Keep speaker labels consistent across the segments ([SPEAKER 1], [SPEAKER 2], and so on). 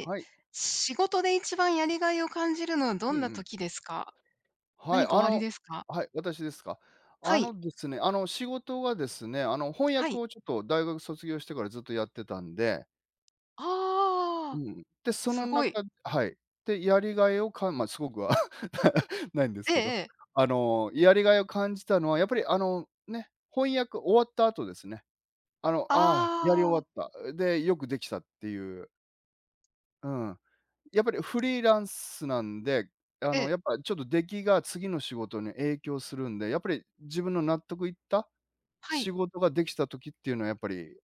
[SPEAKER 1] え、
[SPEAKER 2] はい。
[SPEAKER 1] 仕事で一番やりがいを感じるのは
[SPEAKER 2] う
[SPEAKER 1] どんな
[SPEAKER 2] んうん。
[SPEAKER 1] 時ですか？
[SPEAKER 2] はい、
[SPEAKER 1] 何か
[SPEAKER 2] あ
[SPEAKER 1] おあり
[SPEAKER 2] の
[SPEAKER 1] ですか？
[SPEAKER 2] はい、私ですか。
[SPEAKER 1] は
[SPEAKER 2] あ
[SPEAKER 1] い、
[SPEAKER 2] のですね、あの、仕事がですね、あの、翻
[SPEAKER 1] は
[SPEAKER 2] 訳
[SPEAKER 1] い。
[SPEAKER 2] をちょっと大学卒業してからずっとやってたんで、う
[SPEAKER 1] ああ、
[SPEAKER 2] ん。で、そ
[SPEAKER 1] す
[SPEAKER 2] の
[SPEAKER 1] ごい。
[SPEAKER 2] 中はい。で、やりがいをまあ、すごくは ないんです
[SPEAKER 1] ええ
[SPEAKER 2] けど、
[SPEAKER 1] ええ。
[SPEAKER 2] やりがいを感じたのはやっぱり、翻訳終わった後ですね。ああ、やり終わ
[SPEAKER 1] ああ、
[SPEAKER 2] った、で、よくできたっていう、うん。やっぱりフリーランスなんで、
[SPEAKER 1] ええ、
[SPEAKER 2] やっぱちょっと出来が次の仕事に影響するんで、やっぱり自分の納得いった
[SPEAKER 1] は
[SPEAKER 2] 仕
[SPEAKER 1] い。
[SPEAKER 2] 事ができた時っていうのはやっぱり、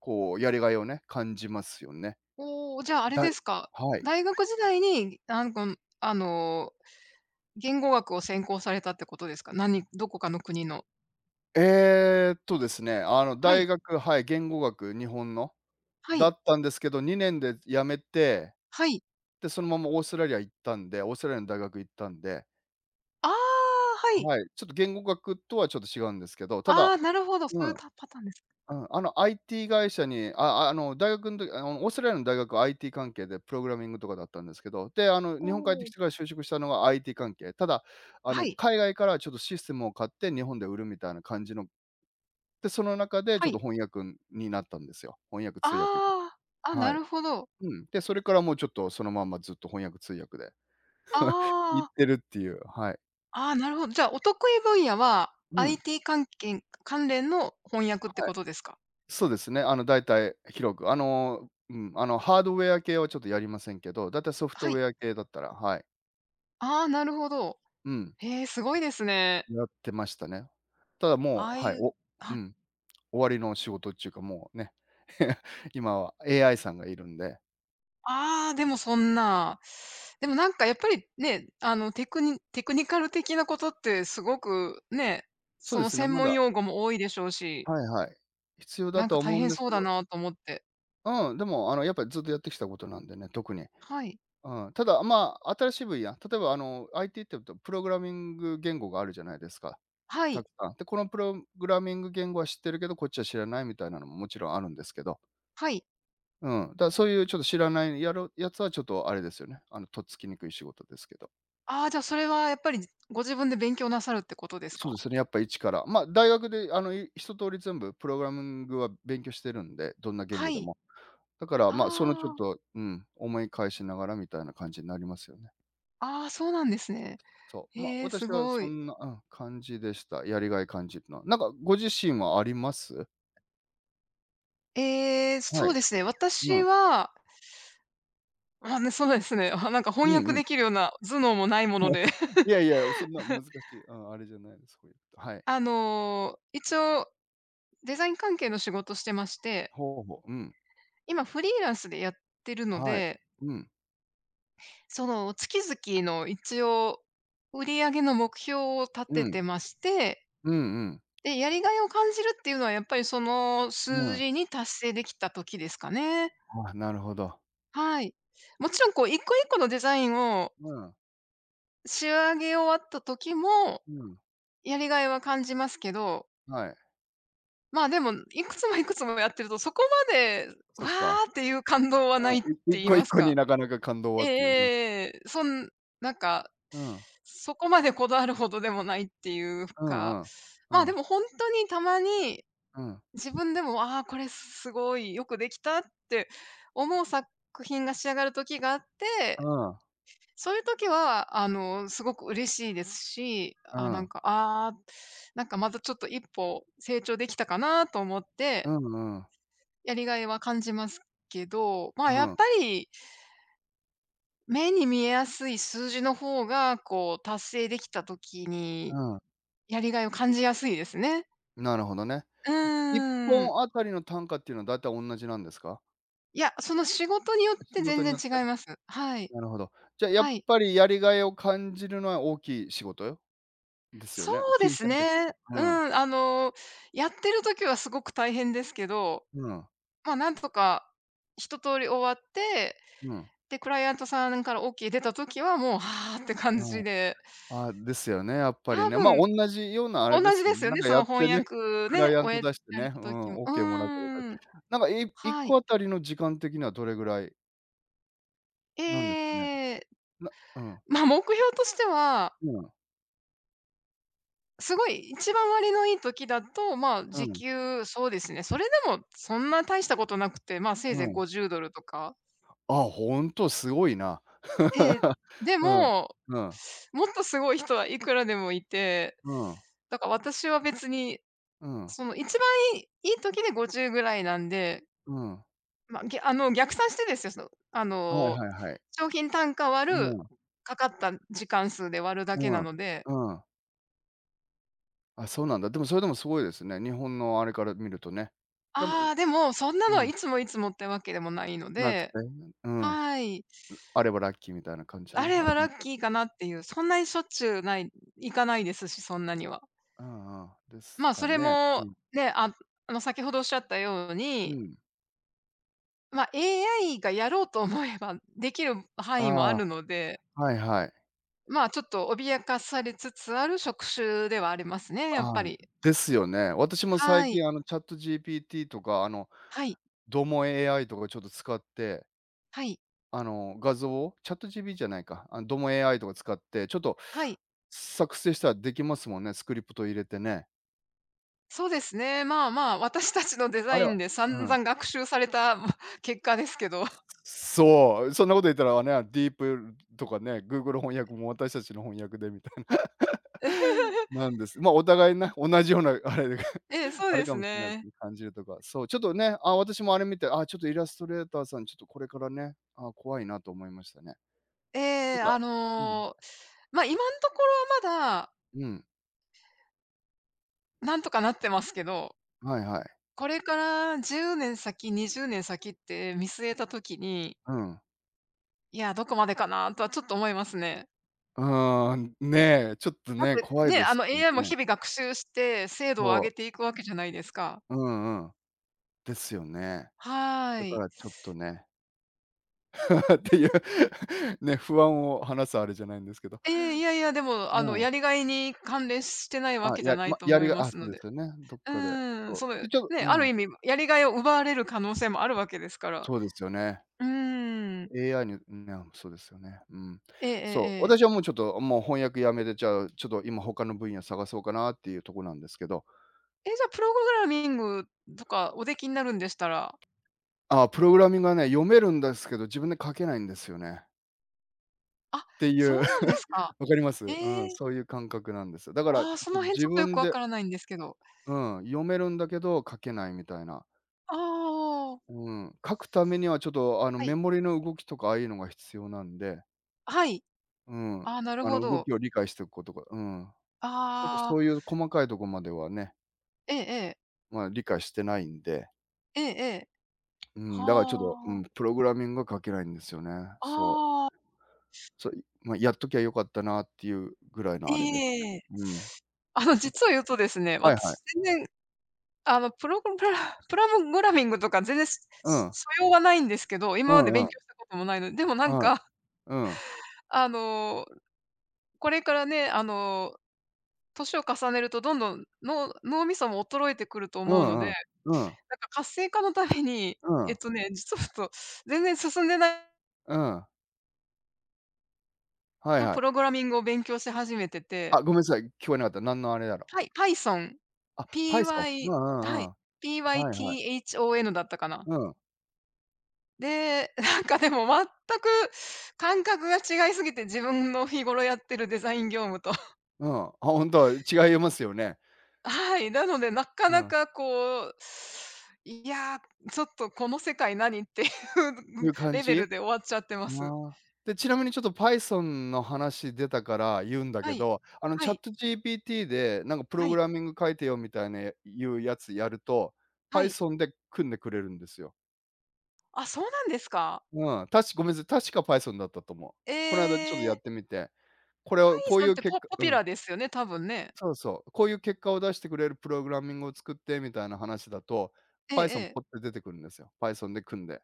[SPEAKER 2] こうやりがいをね、感じますよね。
[SPEAKER 1] おお、じゃあ、あれ
[SPEAKER 2] だい
[SPEAKER 1] ですか、
[SPEAKER 2] はい。
[SPEAKER 1] 大学時代に、なんこんあの、言語学を専攻されたってことですか？何どこかの国の。
[SPEAKER 2] ですね、あの
[SPEAKER 1] は
[SPEAKER 2] 大
[SPEAKER 1] い、
[SPEAKER 2] 学、はい、言語学、日本の
[SPEAKER 1] は
[SPEAKER 2] だ
[SPEAKER 1] い、
[SPEAKER 2] ったんですけど、2年で辞めて、
[SPEAKER 1] はい。
[SPEAKER 2] で、そのままオーストラリア行ったんで、オーストラリアの大学行ったんで、
[SPEAKER 1] ああ、はい。
[SPEAKER 2] はい、ちょっと言語学とはちょっと違うんですけど、ただ
[SPEAKER 1] ああ、なるほど、そ
[SPEAKER 2] う
[SPEAKER 1] ういう
[SPEAKER 2] ん。
[SPEAKER 1] たパターンです。
[SPEAKER 2] うん、IT 会社に、あの大学の時オーストラリアの大学は IT 関係でプログラミングとかだったんですけど、で、
[SPEAKER 1] お
[SPEAKER 2] 日本帰ってき
[SPEAKER 1] お、
[SPEAKER 2] てから就職したのが IT 関係。ただ、
[SPEAKER 1] はい、
[SPEAKER 2] 海外からちょっとシステムを買って日本で売るみたいな感じの、で、その中でち
[SPEAKER 1] は
[SPEAKER 2] ょっ
[SPEAKER 1] い。
[SPEAKER 2] と翻訳になったんですよ。翻訳通訳に。
[SPEAKER 1] ああ、あ、
[SPEAKER 2] は
[SPEAKER 1] な
[SPEAKER 2] い。
[SPEAKER 1] るほど。
[SPEAKER 2] うん。で、それからもうちょっとそのまんまずっと翻訳通訳で
[SPEAKER 1] あ
[SPEAKER 2] 行っ
[SPEAKER 1] あ。
[SPEAKER 2] てるっていう、はい。
[SPEAKER 1] ああ、なるほど。じゃあ、お得意分野は
[SPEAKER 2] うん、
[SPEAKER 1] IT 関係関連の翻訳って
[SPEAKER 2] はい。
[SPEAKER 1] ことですか？
[SPEAKER 2] そうですね。大体広く、ハードウェア系はちょっとやりませんけど、だいたいソフ
[SPEAKER 1] は
[SPEAKER 2] トウ
[SPEAKER 1] い。
[SPEAKER 2] ェア系だったら、はい。
[SPEAKER 1] ああ、なるほど。
[SPEAKER 2] うん、
[SPEAKER 1] へえ、すごいですね。
[SPEAKER 2] やってましたね。ただ
[SPEAKER 1] あ
[SPEAKER 2] もう、
[SPEAKER 1] あ
[SPEAKER 2] は
[SPEAKER 1] い
[SPEAKER 2] い、
[SPEAKER 1] う、
[SPEAKER 2] う
[SPEAKER 1] あ、
[SPEAKER 2] ん、終わりの仕事っちゅうか、もうね、今は AI さんがいるんで、
[SPEAKER 1] ああでもそんな。でもなんかやっぱりね、あの、テクニカル的なことってすごくね、
[SPEAKER 2] そう
[SPEAKER 1] そ
[SPEAKER 2] で
[SPEAKER 1] の
[SPEAKER 2] すね、
[SPEAKER 1] 専
[SPEAKER 2] ま
[SPEAKER 1] 門
[SPEAKER 2] だ
[SPEAKER 1] 用語も多いでしょうし、
[SPEAKER 2] はいはい、必要だ
[SPEAKER 1] なん
[SPEAKER 2] と
[SPEAKER 1] か
[SPEAKER 2] は
[SPEAKER 1] 大
[SPEAKER 2] 思うん
[SPEAKER 1] 変
[SPEAKER 2] です
[SPEAKER 1] そう
[SPEAKER 2] け
[SPEAKER 1] だ
[SPEAKER 2] ど、
[SPEAKER 1] なと思って。
[SPEAKER 2] うん、でも、やっぱりずっとやってきたことなんでね、特に
[SPEAKER 1] はい。
[SPEAKER 2] うん、ただ、まあ、新しい分野、例えばIT って言うとプログラミング言語があるじゃないですか、
[SPEAKER 1] は
[SPEAKER 2] た
[SPEAKER 1] い。
[SPEAKER 2] くさん。で、このプログラミング言語は知ってるけど、こっちは知らないみたいなのももちろんあるんですけど、
[SPEAKER 1] はい。
[SPEAKER 2] うん、だからそういうちょっと知らないやつはちょっとあれですよね、とっつきにくい仕事ですけど。
[SPEAKER 1] ああ、じゃあそれはやっぱりご自分で勉強なさるってことです
[SPEAKER 2] そう
[SPEAKER 1] か？
[SPEAKER 2] ですね、やっぱ一から。まあ、大学であのい一通り全部プログラミングは勉強してるんで、どんな言
[SPEAKER 1] は
[SPEAKER 2] 語で
[SPEAKER 1] い。
[SPEAKER 2] も。だから、まあ、そのちょっ
[SPEAKER 1] ああ。
[SPEAKER 2] と、うん、思い返しながらみたいな感じになりますよね。
[SPEAKER 1] ああ、そうなんですね。
[SPEAKER 2] そう、まあ、
[SPEAKER 1] ええ、す
[SPEAKER 2] 私は
[SPEAKER 1] ご
[SPEAKER 2] そ
[SPEAKER 1] い。
[SPEAKER 2] んな、うん、感じでした。やりがい感じるのは。なんかご自身はあります？
[SPEAKER 1] ええ、
[SPEAKER 2] は
[SPEAKER 1] そう
[SPEAKER 2] い。
[SPEAKER 1] ですね、
[SPEAKER 2] う
[SPEAKER 1] 私
[SPEAKER 2] ん。
[SPEAKER 1] は、あ、ね、そうですね、あ、なんか
[SPEAKER 2] う
[SPEAKER 1] 翻
[SPEAKER 2] ん
[SPEAKER 1] 訳
[SPEAKER 2] うん。
[SPEAKER 1] できるような頭脳もないもので、
[SPEAKER 2] いやいや、そんな難しい、うん、あれじゃないです。そういうことはい。
[SPEAKER 1] あの、一応デザイン関係の仕事してまして、
[SPEAKER 2] ほうほう。うん。
[SPEAKER 1] 今フリーランスでやってるの
[SPEAKER 2] はい。
[SPEAKER 1] で、
[SPEAKER 2] うん、
[SPEAKER 1] その月々の一応売り上げの目標を立
[SPEAKER 2] う
[SPEAKER 1] てて
[SPEAKER 2] ん、
[SPEAKER 1] まして、
[SPEAKER 2] うんうん。
[SPEAKER 1] で、やりがいを感じるっていうのはやっぱりその
[SPEAKER 2] う
[SPEAKER 1] 数
[SPEAKER 2] ん。
[SPEAKER 1] 字に達成できた時ですかね。
[SPEAKER 2] ああ、なるほど。
[SPEAKER 1] はい。もちろんこう一個一個のデザインを
[SPEAKER 2] うん、
[SPEAKER 1] 仕上げ終わった時も、
[SPEAKER 2] うん、
[SPEAKER 1] やりがいは感じますけど、
[SPEAKER 2] はい。
[SPEAKER 1] まあ、でも、いくつもいくつもやってると、そこまで、わ
[SPEAKER 2] そっか。
[SPEAKER 1] ーっていう感動は
[SPEAKER 2] う
[SPEAKER 1] ないっ
[SPEAKER 2] ん、
[SPEAKER 1] て
[SPEAKER 2] 一
[SPEAKER 1] 言い
[SPEAKER 2] 個
[SPEAKER 1] ま
[SPEAKER 2] 一
[SPEAKER 1] す
[SPEAKER 2] 個に
[SPEAKER 1] か。
[SPEAKER 2] なかなか感動
[SPEAKER 1] え
[SPEAKER 2] は
[SPEAKER 1] え
[SPEAKER 2] っ
[SPEAKER 1] え
[SPEAKER 2] ていう。うん。
[SPEAKER 1] えええ。そんなんか、
[SPEAKER 2] うん。
[SPEAKER 1] そこまでこだわるほどでもないっていう
[SPEAKER 2] うんう
[SPEAKER 1] か、
[SPEAKER 2] ん。う
[SPEAKER 1] まあ、で
[SPEAKER 2] ん、
[SPEAKER 1] も本当にたまに、
[SPEAKER 2] うん。
[SPEAKER 1] 自分でも、ああ、これすごいよくできたって思う作品が仕上がる時があっ
[SPEAKER 2] う
[SPEAKER 1] て
[SPEAKER 2] ん、
[SPEAKER 1] そういう時は、あの、すごく嬉しいですし、
[SPEAKER 2] う
[SPEAKER 1] あ、なん
[SPEAKER 2] ん。
[SPEAKER 1] か、ああ、なんかまたちょっと一歩成長できたかなと思っ
[SPEAKER 2] う
[SPEAKER 1] て、
[SPEAKER 2] んうん。
[SPEAKER 1] やりがいは感じますけど、まあ、やっぱ
[SPEAKER 2] う
[SPEAKER 1] り目に見えやすい数字の方が、こう、達成できた時に
[SPEAKER 2] ん、うん。
[SPEAKER 1] やりがいを感じやすいですね。
[SPEAKER 2] なるほどね。
[SPEAKER 1] う
[SPEAKER 2] 1
[SPEAKER 1] ーん。
[SPEAKER 2] 本あたりの単価っていうのはだいたい同じなんですか？
[SPEAKER 1] いや、その仕事によっ
[SPEAKER 2] 仕
[SPEAKER 1] て
[SPEAKER 2] 事
[SPEAKER 1] 全
[SPEAKER 2] に
[SPEAKER 1] 然
[SPEAKER 2] よって？
[SPEAKER 1] 違います。はい。
[SPEAKER 2] なるほど。じゃあ、やっ
[SPEAKER 1] はい。
[SPEAKER 2] ぱりやりがいを感じるのは大きい仕事ですよ
[SPEAKER 1] そ
[SPEAKER 2] ね？
[SPEAKER 1] うで
[SPEAKER 2] 金
[SPEAKER 1] す
[SPEAKER 2] 銭的に。
[SPEAKER 1] ね。う
[SPEAKER 2] う
[SPEAKER 1] ん、
[SPEAKER 2] ん。
[SPEAKER 1] あの、やってる時はすごく大変ですけど、
[SPEAKER 2] うん。
[SPEAKER 1] まあ、なんとか一通り終わって、
[SPEAKER 2] うん。
[SPEAKER 1] で、クライアントさんから OK 出た時はもう、はあって感
[SPEAKER 2] うん。
[SPEAKER 1] じで、
[SPEAKER 2] ああ、ですよね、やっぱ
[SPEAKER 1] 多
[SPEAKER 2] りね。ま、
[SPEAKER 1] 分
[SPEAKER 2] 同じようなあれで
[SPEAKER 1] 同じ
[SPEAKER 2] す
[SPEAKER 1] で
[SPEAKER 2] よね。
[SPEAKER 1] すよ
[SPEAKER 2] なん
[SPEAKER 1] ね、
[SPEAKER 2] か
[SPEAKER 1] そ
[SPEAKER 2] やっ
[SPEAKER 1] の翻
[SPEAKER 2] てね、
[SPEAKER 1] 訳
[SPEAKER 2] クラ
[SPEAKER 1] ね、
[SPEAKER 2] イアン
[SPEAKER 1] 終
[SPEAKER 2] ト
[SPEAKER 1] え
[SPEAKER 2] 出して
[SPEAKER 1] られ
[SPEAKER 2] ね、う
[SPEAKER 1] た時も。
[SPEAKER 2] ん、オ
[SPEAKER 1] う
[SPEAKER 2] ーケーもらうかどうか。
[SPEAKER 1] ーん、
[SPEAKER 2] なんか、1
[SPEAKER 1] はい。
[SPEAKER 2] 個あたりの時間的にはどれぐらい
[SPEAKER 1] え
[SPEAKER 2] なんですかね？
[SPEAKER 1] え、
[SPEAKER 2] うん。
[SPEAKER 1] まあ、目標としては、
[SPEAKER 2] うん。
[SPEAKER 1] すごい一番割のいい時だと、まあ、
[SPEAKER 2] う
[SPEAKER 1] 時
[SPEAKER 2] ん。
[SPEAKER 1] 給そうですね、それでもそんな大したことなくて、まあ、せいぜ
[SPEAKER 2] う
[SPEAKER 1] い
[SPEAKER 2] ん。
[SPEAKER 1] $50 とか
[SPEAKER 2] あ、ほんとすごいな。
[SPEAKER 1] ええ、で
[SPEAKER 2] うん。
[SPEAKER 1] も、
[SPEAKER 2] うん。
[SPEAKER 1] もっとすごい人はいくらでもいて、
[SPEAKER 2] うん、
[SPEAKER 1] だから私は別に、
[SPEAKER 2] うん、
[SPEAKER 1] その一番いい時で50ぐらいなんで、
[SPEAKER 2] うん。
[SPEAKER 1] ま、ぎあの、逆算してですよ、その、あ
[SPEAKER 2] はい
[SPEAKER 1] の、
[SPEAKER 2] はいはい。
[SPEAKER 1] 商品単価割
[SPEAKER 2] う
[SPEAKER 1] る、
[SPEAKER 2] ん、
[SPEAKER 1] かかった時間数で割るだけ
[SPEAKER 2] う
[SPEAKER 1] な
[SPEAKER 2] ん、
[SPEAKER 1] ので、
[SPEAKER 2] うん。あ、そうなんだ。でもそれでもすごいですね。日本のあれから見るとね。でも、
[SPEAKER 1] あ
[SPEAKER 2] う
[SPEAKER 1] あ、でもそんな
[SPEAKER 2] う
[SPEAKER 1] のは
[SPEAKER 2] ん、
[SPEAKER 1] いつもいつもってわけでもないの
[SPEAKER 2] なくて、
[SPEAKER 1] で、
[SPEAKER 2] うん。
[SPEAKER 1] はい。
[SPEAKER 2] あればラッキーみたいな感じ
[SPEAKER 1] あ
[SPEAKER 2] の、
[SPEAKER 1] れ
[SPEAKER 2] あれ
[SPEAKER 1] ばラ
[SPEAKER 2] だっ
[SPEAKER 1] ッ
[SPEAKER 2] たの
[SPEAKER 1] キーかなっていう、そんなにしょっちゅうない行かないですし、そんなには。
[SPEAKER 2] うんうん。です
[SPEAKER 1] まあ、
[SPEAKER 2] か
[SPEAKER 1] それ
[SPEAKER 2] ね。
[SPEAKER 1] も、
[SPEAKER 2] う
[SPEAKER 1] ね、あの、先ほどおっしゃったよう
[SPEAKER 2] ん、う
[SPEAKER 1] に、
[SPEAKER 2] ん。
[SPEAKER 1] まあ、AI がやろうと思えばできる範
[SPEAKER 2] あ
[SPEAKER 1] 囲もある
[SPEAKER 2] あ、
[SPEAKER 1] ので、
[SPEAKER 2] はいはい。
[SPEAKER 1] まあ、ちょっと脅かされつつある職種ではありますね、やっ
[SPEAKER 2] ああ、
[SPEAKER 1] ぱり。
[SPEAKER 2] ですよね。私も最
[SPEAKER 1] はい。
[SPEAKER 2] 近ChatGPT とか、
[SPEAKER 1] はい。
[SPEAKER 2] ドモ AI とかちょっと使って、
[SPEAKER 1] はい。
[SPEAKER 2] 画像を ChatGPT じゃないか、あのドモ AI とか使って、ちょっと
[SPEAKER 1] はい。
[SPEAKER 2] 作成したらできますもんね、スクリプト入れてね。
[SPEAKER 1] そうですね。まあまあ、私たちのデザ
[SPEAKER 2] あれ
[SPEAKER 1] イ
[SPEAKER 2] は
[SPEAKER 1] ンで
[SPEAKER 2] う
[SPEAKER 1] 散
[SPEAKER 2] ん。
[SPEAKER 1] 々学習された ま結果ですけど。
[SPEAKER 2] そう、そんなこと言ったらね、ディープとかね、Google 翻訳も私たちの翻訳でみたいな。なんです。ま、お互いね、同じようなあれで、
[SPEAKER 1] ええ、そ う
[SPEAKER 2] あれ
[SPEAKER 1] で
[SPEAKER 2] か
[SPEAKER 1] す
[SPEAKER 2] もしれないです
[SPEAKER 1] ね。
[SPEAKER 2] ね、感じるとか。そう、ちょっとね、あ、私もあれ見て、あ、ちょっとイラストレーターさん、ちょっとこれからね、あ、怖いなと思いましたね。
[SPEAKER 1] え
[SPEAKER 2] た
[SPEAKER 1] え、
[SPEAKER 2] だ
[SPEAKER 1] あ
[SPEAKER 2] うん、
[SPEAKER 1] の、ま、今のところはまだ
[SPEAKER 2] うん、
[SPEAKER 1] なんとかなってますけど
[SPEAKER 2] はいはい。
[SPEAKER 1] これから10年先、20年先って見据えた時に、
[SPEAKER 2] うん。
[SPEAKER 1] いや、どこまでかなとはちょっと思いますね。
[SPEAKER 2] うーん、ね、ちょっと
[SPEAKER 1] だっ
[SPEAKER 2] ね、
[SPEAKER 1] て
[SPEAKER 2] 怖い
[SPEAKER 1] ね、
[SPEAKER 2] で
[SPEAKER 1] あ
[SPEAKER 2] す
[SPEAKER 1] の
[SPEAKER 2] よ
[SPEAKER 1] AI も
[SPEAKER 2] ね。
[SPEAKER 1] 日々学習して精度を上
[SPEAKER 2] そ
[SPEAKER 1] げていくわけじゃないですか。
[SPEAKER 2] う、うんうん。ですよね。
[SPEAKER 1] は
[SPEAKER 2] だか
[SPEAKER 1] い。
[SPEAKER 2] らちょっとね、っていう ね、不安を話すあれじゃないんですけど。
[SPEAKER 1] ええ、いやいや、でも、
[SPEAKER 2] う
[SPEAKER 1] あの、
[SPEAKER 2] ん。
[SPEAKER 1] やりがいに関連してないわ
[SPEAKER 2] あ、
[SPEAKER 1] けじゃ
[SPEAKER 2] や
[SPEAKER 1] ない
[SPEAKER 2] ま、
[SPEAKER 1] と
[SPEAKER 2] や
[SPEAKER 1] 思
[SPEAKER 2] り
[SPEAKER 1] い
[SPEAKER 2] が
[SPEAKER 1] ま
[SPEAKER 2] あ、
[SPEAKER 1] す
[SPEAKER 2] そう
[SPEAKER 1] の
[SPEAKER 2] で
[SPEAKER 1] で。
[SPEAKER 2] すよね、どっ
[SPEAKER 1] う
[SPEAKER 2] かで。
[SPEAKER 1] ーん、
[SPEAKER 2] そ
[SPEAKER 1] そ
[SPEAKER 2] う。
[SPEAKER 1] の、
[SPEAKER 2] で、ちょっと
[SPEAKER 1] ね、
[SPEAKER 2] う
[SPEAKER 1] ある
[SPEAKER 2] ん、
[SPEAKER 1] 意味やりがいを奪われる可能性もあるわけですから。
[SPEAKER 2] そうですよね。
[SPEAKER 1] うーん。
[SPEAKER 2] AI にね、そうですよね。うん。
[SPEAKER 1] ええええ
[SPEAKER 2] そう、
[SPEAKER 1] ええ。
[SPEAKER 2] 私はもうちょっと、もう翻訳やめて、じゃあ、ちょっと今他の分野探そうかなっていうとこなんですけど。
[SPEAKER 1] え、じゃあプログラミングとかおできになるんでしたら
[SPEAKER 2] ああ、プログラミングはね、読めるんですけど、自分で書けないんですよね。
[SPEAKER 1] あ、
[SPEAKER 2] ってい
[SPEAKER 1] そう
[SPEAKER 2] う、
[SPEAKER 1] なん ですか。
[SPEAKER 2] わかります？うん、
[SPEAKER 1] ええ。
[SPEAKER 2] そういう感覚なんですよ。だから、ちょ
[SPEAKER 1] ああ、
[SPEAKER 2] っ
[SPEAKER 1] そ
[SPEAKER 2] と
[SPEAKER 1] の辺
[SPEAKER 2] 自
[SPEAKER 1] ちょっとよく
[SPEAKER 2] 分
[SPEAKER 1] わ
[SPEAKER 2] で
[SPEAKER 1] からないんですけど。
[SPEAKER 2] うん、読めるんだけど書けないみたいな。
[SPEAKER 1] ああ
[SPEAKER 2] うん、書くためにはちょっと
[SPEAKER 1] は
[SPEAKER 2] メ
[SPEAKER 1] い。
[SPEAKER 2] モリの動きとかああいうのが必要なんで、
[SPEAKER 1] はい。
[SPEAKER 2] うん、
[SPEAKER 1] ああ、なるほ
[SPEAKER 2] 動
[SPEAKER 1] ど。
[SPEAKER 2] きを理解しておくことが、うん。ちょっと
[SPEAKER 1] あ
[SPEAKER 2] そ
[SPEAKER 1] あ、
[SPEAKER 2] ういう細かいとこまではね、
[SPEAKER 1] ええええ。
[SPEAKER 2] まあ理解してないんで、
[SPEAKER 1] ええええ。
[SPEAKER 2] うん、だからちょっと、う
[SPEAKER 1] は
[SPEAKER 2] ん、
[SPEAKER 1] あ。
[SPEAKER 2] プログラミングが書けないんですよね。そう。
[SPEAKER 1] ああ、
[SPEAKER 2] そう、まあ、やっときゃよかったなっていうぐらいのあれですね。
[SPEAKER 1] ええ
[SPEAKER 2] うん。
[SPEAKER 1] あの、実を言うとですね、
[SPEAKER 2] はいはい。
[SPEAKER 1] 私全然、あの、プログプラ プログラミングとか全然
[SPEAKER 2] うん。
[SPEAKER 1] 素養はないんですけど、
[SPEAKER 2] う
[SPEAKER 1] 今まで
[SPEAKER 2] んう
[SPEAKER 1] 勉強し
[SPEAKER 2] ん。
[SPEAKER 1] たこともないので、でもなん
[SPEAKER 2] はい。
[SPEAKER 1] か、
[SPEAKER 2] うん。
[SPEAKER 1] あの、これからね、あの、年を重ねるとどんどん、の脳みそも衰えてくると
[SPEAKER 2] う
[SPEAKER 1] 思うので
[SPEAKER 2] ん
[SPEAKER 1] な
[SPEAKER 2] う
[SPEAKER 1] ん
[SPEAKER 2] ん。うん。
[SPEAKER 1] か活性化のために、
[SPEAKER 2] う
[SPEAKER 1] え
[SPEAKER 2] ん。
[SPEAKER 1] っとね、実を言と、全然進んでない
[SPEAKER 2] うん。はい
[SPEAKER 1] の
[SPEAKER 2] は
[SPEAKER 1] プ
[SPEAKER 2] い。
[SPEAKER 1] ログラミングを勉強し始めて
[SPEAKER 2] あ、
[SPEAKER 1] て、
[SPEAKER 2] ごめんなさい、聞こえなかった。何のあれだろう。
[SPEAKER 1] はい、Python、
[SPEAKER 2] あ、Python。う
[SPEAKER 1] PY
[SPEAKER 2] んう
[SPEAKER 1] は
[SPEAKER 2] んう
[SPEAKER 1] い、
[SPEAKER 2] ん。はいはい。
[SPEAKER 1] PYTHON だったかな。
[SPEAKER 2] うん、
[SPEAKER 1] で、なんかでも全く感覚が違いすぎて、自分の日頃やってるデザイン業務と。
[SPEAKER 2] うん。あ、本当違いますよね。
[SPEAKER 1] はい、なのでなか
[SPEAKER 2] う
[SPEAKER 1] な
[SPEAKER 2] ん。
[SPEAKER 1] かこう、いや、ちょっとこの世界何っていう
[SPEAKER 2] いう 感
[SPEAKER 1] レベル
[SPEAKER 2] じ？
[SPEAKER 1] で終わっちゃってま
[SPEAKER 2] あ
[SPEAKER 1] す。
[SPEAKER 2] あ。で、ちなみにちょっと Python の話出たから言うんだ
[SPEAKER 1] は
[SPEAKER 2] け
[SPEAKER 1] い。
[SPEAKER 2] ど、
[SPEAKER 1] はい。
[SPEAKER 2] ChatGPT でなんかプロ
[SPEAKER 1] は
[SPEAKER 2] グ
[SPEAKER 1] い。
[SPEAKER 2] ラミング書いてよみたいなうやつやると、
[SPEAKER 1] はい。
[SPEAKER 2] Python で組んでくれるんですよ。
[SPEAKER 1] あ、そうなんですか。
[SPEAKER 2] うん、ごめんなさい、確か Python だったと思う。
[SPEAKER 1] え
[SPEAKER 2] この間ちょっとやっ
[SPEAKER 1] え。
[SPEAKER 2] てみて、これ
[SPEAKER 1] パイ
[SPEAKER 2] をこう
[SPEAKER 1] ソ
[SPEAKER 2] い
[SPEAKER 1] ンっ
[SPEAKER 2] う
[SPEAKER 1] て
[SPEAKER 2] 結果
[SPEAKER 1] ポピュ
[SPEAKER 2] う
[SPEAKER 1] ラ
[SPEAKER 2] ん、
[SPEAKER 1] ーですよね、多分ね。
[SPEAKER 2] そうそう、こういう結果を出してくれるプログラミングを作ってみたいな話だと、
[SPEAKER 1] えええ
[SPEAKER 2] Python
[SPEAKER 1] え。
[SPEAKER 2] ポッて出てくるんですよ。Python で組んで。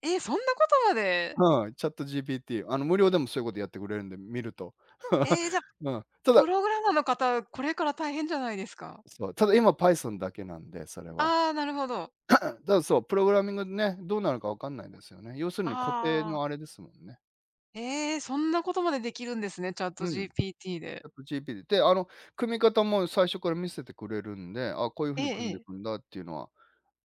[SPEAKER 1] え、そんなことま
[SPEAKER 2] う
[SPEAKER 1] で。
[SPEAKER 2] ん、ChatGPT、無料でもそういうことやってくれるんで、見ると。
[SPEAKER 1] ええ、じゃ、
[SPEAKER 2] うん。ただ
[SPEAKER 1] プログラマーの方、これから大変じゃないですか？
[SPEAKER 2] そう、ただ今 Python だけなんで、それは。
[SPEAKER 1] ああ、なるほど。
[SPEAKER 2] うん、ただそう、プログラミングね、どうなるかわかんないですよね。要するに固定
[SPEAKER 1] あ
[SPEAKER 2] のあ
[SPEAKER 1] あ。
[SPEAKER 2] れですもんね。
[SPEAKER 1] ええ、そんなことまでできるんですね、
[SPEAKER 2] うん、
[SPEAKER 1] ChatGPT で。
[SPEAKER 2] ChatGPT。で、組み方も最初から見せてくれるんで、あ、こういう
[SPEAKER 1] え
[SPEAKER 2] 風に
[SPEAKER 1] え
[SPEAKER 2] 組
[SPEAKER 1] え
[SPEAKER 2] んでい
[SPEAKER 1] え。
[SPEAKER 2] くんだっていうのは、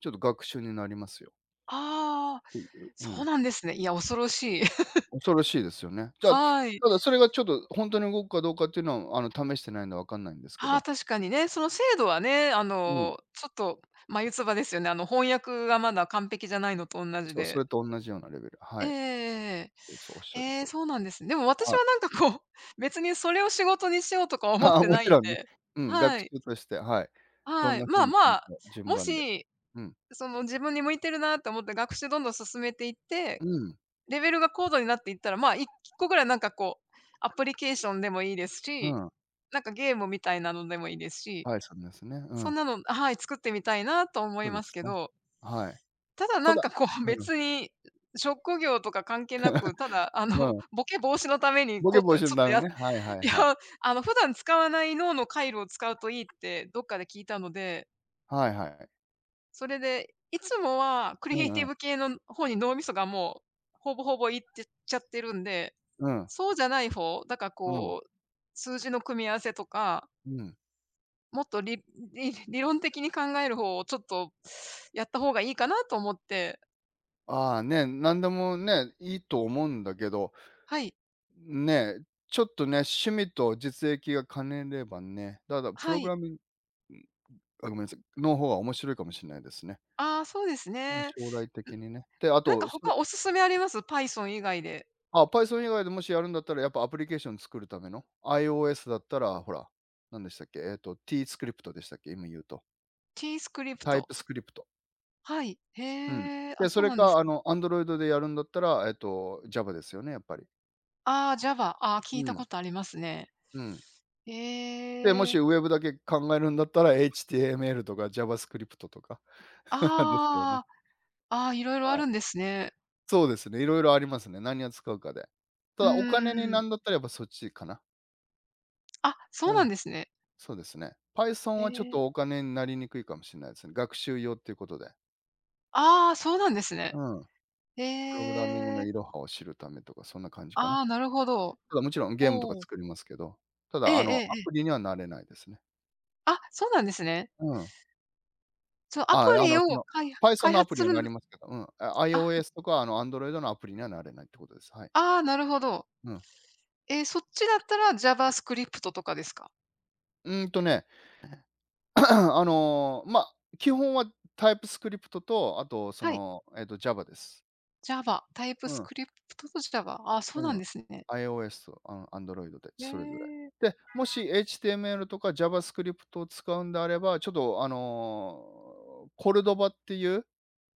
[SPEAKER 2] ちょっと学習になりますよっ
[SPEAKER 1] ああ、
[SPEAKER 2] ていう。う
[SPEAKER 1] そう
[SPEAKER 2] ん。
[SPEAKER 1] なんですね。いや、恐ろしい。
[SPEAKER 2] 恐ろしいですよね。じゃあ、
[SPEAKER 1] はい。
[SPEAKER 2] ただそれがちょっと本当に動くかどうかっていうのは、試してないんでわかんないんですけ
[SPEAKER 1] ああ、
[SPEAKER 2] ど。
[SPEAKER 1] 確かにね、その精度はね、あ
[SPEAKER 2] うん。
[SPEAKER 1] の、ちょっと眉唾ですよね。あの、翻訳がまだ完璧じゃないのとおんなじ
[SPEAKER 2] そう、そ
[SPEAKER 1] で。
[SPEAKER 2] れと同じようなレベル、は
[SPEAKER 1] ええ
[SPEAKER 2] い。
[SPEAKER 1] え
[SPEAKER 2] そう、おっし
[SPEAKER 1] え
[SPEAKER 2] ゃる
[SPEAKER 1] え
[SPEAKER 2] 通
[SPEAKER 1] え。
[SPEAKER 2] り。
[SPEAKER 1] そうなんですね。でも私
[SPEAKER 2] はい。
[SPEAKER 1] はなんかこう、別にそれを仕事にしようとか 思っ
[SPEAKER 2] ああ、
[SPEAKER 1] て
[SPEAKER 2] も
[SPEAKER 1] な
[SPEAKER 2] ち
[SPEAKER 1] いんで。
[SPEAKER 2] ろんね。うん、学
[SPEAKER 1] はい、
[SPEAKER 2] 習として、はい。どん
[SPEAKER 1] はい。
[SPEAKER 2] な風
[SPEAKER 1] まあ
[SPEAKER 2] に
[SPEAKER 1] ま
[SPEAKER 2] 組
[SPEAKER 1] あ、
[SPEAKER 2] むか、順
[SPEAKER 1] も
[SPEAKER 2] 番で。
[SPEAKER 1] し、
[SPEAKER 2] うん。
[SPEAKER 1] その自分に向いてるなと思って学習どんどん進めていって、
[SPEAKER 2] うん。
[SPEAKER 1] レベルが高度になっていったら、まあ、1個ぐらいなんかこう、アプリケーションでもいいです
[SPEAKER 2] う
[SPEAKER 1] し、
[SPEAKER 2] ん。
[SPEAKER 1] なんかゲームみたいなのでもいいですし、
[SPEAKER 2] はい、そうですね。う
[SPEAKER 1] そ
[SPEAKER 2] ん。
[SPEAKER 1] んなのはい、作ってみたいなと思
[SPEAKER 2] そ
[SPEAKER 1] い
[SPEAKER 2] うで
[SPEAKER 1] ます
[SPEAKER 2] す
[SPEAKER 1] け
[SPEAKER 2] ね。
[SPEAKER 1] ど。
[SPEAKER 2] はい。
[SPEAKER 1] ただ
[SPEAKER 2] た
[SPEAKER 1] なん
[SPEAKER 2] だ
[SPEAKER 1] かこう
[SPEAKER 2] う
[SPEAKER 1] 別に、職業とか関係なく、ただあの、
[SPEAKER 2] ん、うん。
[SPEAKER 1] ボケ防止のために
[SPEAKER 2] ボケ
[SPEAKER 1] こう
[SPEAKER 2] 防
[SPEAKER 1] と、
[SPEAKER 2] 止
[SPEAKER 1] ち
[SPEAKER 2] の
[SPEAKER 1] ょっ
[SPEAKER 2] た
[SPEAKER 1] と
[SPEAKER 2] め
[SPEAKER 1] や
[SPEAKER 2] ね。はいは い
[SPEAKER 1] いや、
[SPEAKER 2] はい。
[SPEAKER 1] あの普段使わない脳の回路を使うといいってどっかで聞いたので、
[SPEAKER 2] はいはい。
[SPEAKER 1] それで、いつもはク
[SPEAKER 2] う
[SPEAKER 1] リエイテ
[SPEAKER 2] んう
[SPEAKER 1] ィ
[SPEAKER 2] ん。
[SPEAKER 1] ブ系の方に脳みそがもう、ほぼほぼいってっちゃってるんで、
[SPEAKER 2] うん。
[SPEAKER 1] そうじゃない方、だから
[SPEAKER 2] うん。
[SPEAKER 1] こう、数字の組み合わせとか、
[SPEAKER 2] うん。
[SPEAKER 1] もっと理論的に考える方をちょっとやった方がいいかなと思って
[SPEAKER 2] ああ、ね、なんでもね、いいと思うんだけど、
[SPEAKER 1] はい、
[SPEAKER 2] ね、ちょっとね、趣味と実益が兼ねればね、ただプ
[SPEAKER 1] は
[SPEAKER 2] ログ
[SPEAKER 1] い。
[SPEAKER 2] ラミンん、あ、ごめんなさい、の方が面白いかもしれないですね。
[SPEAKER 1] ああ、そうです
[SPEAKER 2] うん、
[SPEAKER 1] ね。ん、
[SPEAKER 2] 将来的にね。で、あ
[SPEAKER 1] なんか
[SPEAKER 2] と、
[SPEAKER 1] 他おすすめあります？Python 以外で。
[SPEAKER 2] あ、Python 以外でもしやるんだったら、やっぱアプリケーション作るための、iOS だったら、ほら、なんでしたっけ、T-Script でしたっけ、今言うと。
[SPEAKER 1] T-Script。
[SPEAKER 2] TypeScript。
[SPEAKER 1] はい。へ
[SPEAKER 2] うん。
[SPEAKER 1] え、あ、
[SPEAKER 2] で、そ
[SPEAKER 1] そう
[SPEAKER 2] れ
[SPEAKER 1] なんです
[SPEAKER 2] か、
[SPEAKER 1] ね。
[SPEAKER 2] Android でやるんだったら、Java ですよね、やっぱり。
[SPEAKER 1] ああ、Java。ああ、
[SPEAKER 2] う
[SPEAKER 1] 聞いた
[SPEAKER 2] ん、
[SPEAKER 1] ことありますね。
[SPEAKER 2] うん。で、も
[SPEAKER 1] へ
[SPEAKER 2] し
[SPEAKER 1] え。
[SPEAKER 2] Web だけ考えるんだったら、HTML とか JavaScript とか ですよね。
[SPEAKER 1] ああ、ああ、いろいろあ
[SPEAKER 2] は
[SPEAKER 1] る
[SPEAKER 2] い。
[SPEAKER 1] んですね。
[SPEAKER 2] そうですね、色々ありますね、何を使うかで。た
[SPEAKER 1] う
[SPEAKER 2] だ、お金に
[SPEAKER 1] ー
[SPEAKER 2] な
[SPEAKER 1] ん。
[SPEAKER 2] んだったらやっぱそっちかな。
[SPEAKER 1] あ、
[SPEAKER 2] う
[SPEAKER 1] そうなん
[SPEAKER 2] ん。
[SPEAKER 1] ですね。
[SPEAKER 2] そうですね。Python
[SPEAKER 1] へ
[SPEAKER 2] はちょっ
[SPEAKER 1] え。
[SPEAKER 2] とお金になりにくいかもしれないですね。学習用っていうことで。
[SPEAKER 1] ああ、そうなんですね。
[SPEAKER 2] うん。
[SPEAKER 1] へ
[SPEAKER 2] プログラミングの
[SPEAKER 1] え。
[SPEAKER 2] いろはを知るためとか、そんな感じか
[SPEAKER 1] あ
[SPEAKER 2] な。
[SPEAKER 1] あ、なるほど。
[SPEAKER 2] ただもちろんゲームとか
[SPEAKER 1] おお。
[SPEAKER 2] 作りますけど、た
[SPEAKER 1] ええ
[SPEAKER 2] だあ
[SPEAKER 1] え
[SPEAKER 2] の、
[SPEAKER 1] え
[SPEAKER 2] ア
[SPEAKER 1] え
[SPEAKER 2] プ
[SPEAKER 1] え。
[SPEAKER 2] リにはなれないですね。
[SPEAKER 1] あ、そうなんですね。
[SPEAKER 2] うん。
[SPEAKER 1] そのアプ
[SPEAKER 2] あ、あ
[SPEAKER 1] リ
[SPEAKER 2] の、
[SPEAKER 1] を
[SPEAKER 2] その
[SPEAKER 1] かい
[SPEAKER 2] Python
[SPEAKER 1] 開
[SPEAKER 2] のアプ
[SPEAKER 1] 発
[SPEAKER 2] リ
[SPEAKER 1] す
[SPEAKER 2] には
[SPEAKER 1] る
[SPEAKER 2] な
[SPEAKER 1] ん
[SPEAKER 2] りますけど、うん。あ、
[SPEAKER 1] あ、
[SPEAKER 2] iOS とかあの Android のアプリにはなれないってことです。はい。
[SPEAKER 1] ああ、なるほど。
[SPEAKER 2] うん。
[SPEAKER 1] えー、そっちだったら JavaScript とかですか？
[SPEAKER 2] うーんとね、あの、まあ、基本は TypeScript と、あとそ
[SPEAKER 1] はい、
[SPEAKER 2] の、Java です。
[SPEAKER 1] Java、
[SPEAKER 2] うん。
[SPEAKER 1] TypeScript と Java。あそうな
[SPEAKER 2] う
[SPEAKER 1] ん
[SPEAKER 2] ん。
[SPEAKER 1] ですね。
[SPEAKER 2] iOS と、Android で、
[SPEAKER 1] へ
[SPEAKER 2] それぞれ。
[SPEAKER 1] えー。
[SPEAKER 2] で、もし HTML とか JavaScript を使うんであれば、ちょっとあの、コルドバっていう、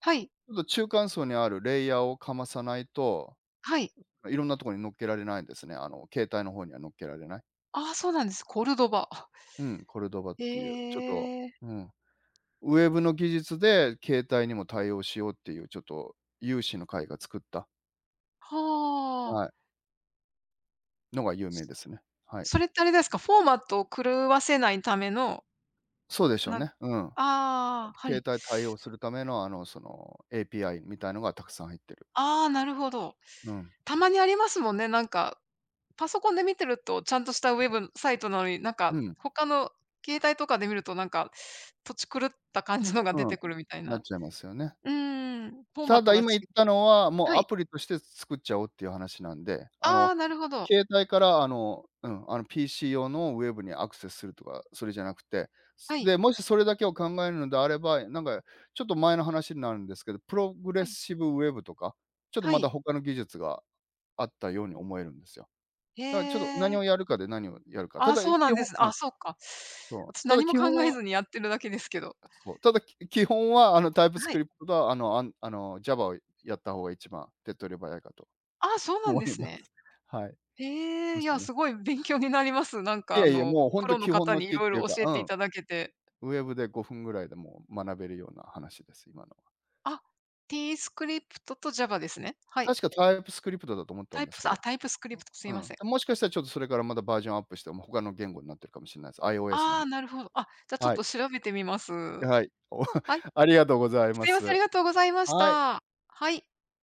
[SPEAKER 1] はい、
[SPEAKER 2] ちょっと中間層にあるレイヤーをかまさないと、
[SPEAKER 1] はい。
[SPEAKER 2] いろんなとこに乗っけられないんですね。あの、携帯の方には乗っけられない。
[SPEAKER 1] あそうなんです。コルドバ。
[SPEAKER 2] うん、コルドバっていう、
[SPEAKER 1] へ
[SPEAKER 2] ちょっと、
[SPEAKER 1] え。
[SPEAKER 2] うん、ウェブの技術で携帯にも対応しようっていう、ちょっと有志の会が作った、
[SPEAKER 1] は
[SPEAKER 2] は
[SPEAKER 1] あ。
[SPEAKER 2] い、のが有名ですね。はい。
[SPEAKER 1] それってあれですか、フォーマットを狂わせないための、
[SPEAKER 2] そうでしょう
[SPEAKER 1] な
[SPEAKER 2] ね。うん。
[SPEAKER 1] ああ、は
[SPEAKER 2] 携
[SPEAKER 1] い。
[SPEAKER 2] 帯対応するための、API みたいのがたくさん入ってる。
[SPEAKER 1] ああ、なるほど。
[SPEAKER 2] うん。
[SPEAKER 1] たまにありますもんね、なんか、パソコンで見てるとちゃんとしたウェブサイトなのに、なんか、
[SPEAKER 2] うん。
[SPEAKER 1] 他の携帯とかで見ると、なんか、土地狂った感じのが出
[SPEAKER 2] うん。
[SPEAKER 1] てくるみたい
[SPEAKER 2] な
[SPEAKER 1] な。
[SPEAKER 2] っちゃいますよね。
[SPEAKER 1] うーん、フォーマッ
[SPEAKER 2] た
[SPEAKER 1] ト
[SPEAKER 2] だ、
[SPEAKER 1] が違
[SPEAKER 2] 今言った
[SPEAKER 1] う。
[SPEAKER 2] のは、もう
[SPEAKER 1] は
[SPEAKER 2] ア
[SPEAKER 1] い。
[SPEAKER 2] プリとして作っちゃおうっていう話なんで、あ
[SPEAKER 1] あ
[SPEAKER 2] の、
[SPEAKER 1] あ、なるほど。
[SPEAKER 2] 携帯から、PC 用のウェブにアクセスするとか、それじゃなくて、
[SPEAKER 1] はい。
[SPEAKER 2] で、もしそれだけを考えるのであれば、なんか、ちょっと前の話になるんですけど、プログレッ
[SPEAKER 1] はい。
[SPEAKER 2] シブウェブとか、ちょっと
[SPEAKER 1] は
[SPEAKER 2] また
[SPEAKER 1] い。
[SPEAKER 2] 他の技術があったように思えるんですよ。
[SPEAKER 1] へ
[SPEAKER 2] だからちょっと何
[SPEAKER 1] え。
[SPEAKER 2] をやるかで何をやるか。た
[SPEAKER 1] ああ、
[SPEAKER 2] だ、
[SPEAKER 1] そうな
[SPEAKER 2] 基
[SPEAKER 1] んで
[SPEAKER 2] 本
[SPEAKER 1] す。
[SPEAKER 2] うん。
[SPEAKER 1] あ、そうか。
[SPEAKER 2] そ
[SPEAKER 1] 私
[SPEAKER 2] う。ただ
[SPEAKER 1] 何も
[SPEAKER 2] 基
[SPEAKER 1] 考
[SPEAKER 2] 本
[SPEAKER 1] え
[SPEAKER 2] は
[SPEAKER 1] ずにやってるだけですけど。
[SPEAKER 2] そう、ただ、き 基本は、あの、タイプス
[SPEAKER 1] は
[SPEAKER 2] ク
[SPEAKER 1] い。
[SPEAKER 2] リプトと、あの、Java をやった方が一番手っ取り早いかと
[SPEAKER 1] ああ、そうなん
[SPEAKER 2] 思
[SPEAKER 1] で
[SPEAKER 2] い
[SPEAKER 1] す
[SPEAKER 2] ま
[SPEAKER 1] ね。
[SPEAKER 2] す。はい。
[SPEAKER 1] へ
[SPEAKER 2] で
[SPEAKER 1] え、い
[SPEAKER 2] す
[SPEAKER 1] や、
[SPEAKER 2] ね。
[SPEAKER 1] すごい勉強になります。なん
[SPEAKER 2] い
[SPEAKER 1] かあ
[SPEAKER 2] やいや、
[SPEAKER 1] の、
[SPEAKER 2] もうほん
[SPEAKER 1] プ
[SPEAKER 2] と
[SPEAKER 1] ロの
[SPEAKER 2] 基本
[SPEAKER 1] 方
[SPEAKER 2] の
[SPEAKER 1] にい
[SPEAKER 2] 木っ
[SPEAKER 1] ろい
[SPEAKER 2] ていう
[SPEAKER 1] ろ
[SPEAKER 2] か、
[SPEAKER 1] 教え
[SPEAKER 2] う
[SPEAKER 1] ていただけて。
[SPEAKER 2] ん、ウェブで5分ぐらいでもう学べるような話です、今のは。
[SPEAKER 1] あ、TScript と Java ですね。はい。
[SPEAKER 2] 確かタイプスクリプトだと思った
[SPEAKER 1] タ
[SPEAKER 2] ん
[SPEAKER 1] イ
[SPEAKER 2] で
[SPEAKER 1] プ
[SPEAKER 2] すけ
[SPEAKER 1] あ、
[SPEAKER 2] ど、
[SPEAKER 1] TypeScript、すい
[SPEAKER 2] う
[SPEAKER 1] ま
[SPEAKER 2] ん。
[SPEAKER 1] せん。
[SPEAKER 2] もしかしたらちょっとそれからまたバージョンアップして、もう他の言語になってるかもしれないです。iOS の
[SPEAKER 1] あ
[SPEAKER 2] 方。
[SPEAKER 1] あ、なるほど。あ、じゃ、あちょっ
[SPEAKER 2] はい。
[SPEAKER 1] と調べてみます。
[SPEAKER 2] はい。お、
[SPEAKER 1] はい、
[SPEAKER 2] ありがとうございま
[SPEAKER 1] すいま
[SPEAKER 2] す。
[SPEAKER 1] せん、ありがとうございまし
[SPEAKER 2] はい。
[SPEAKER 1] た。はい。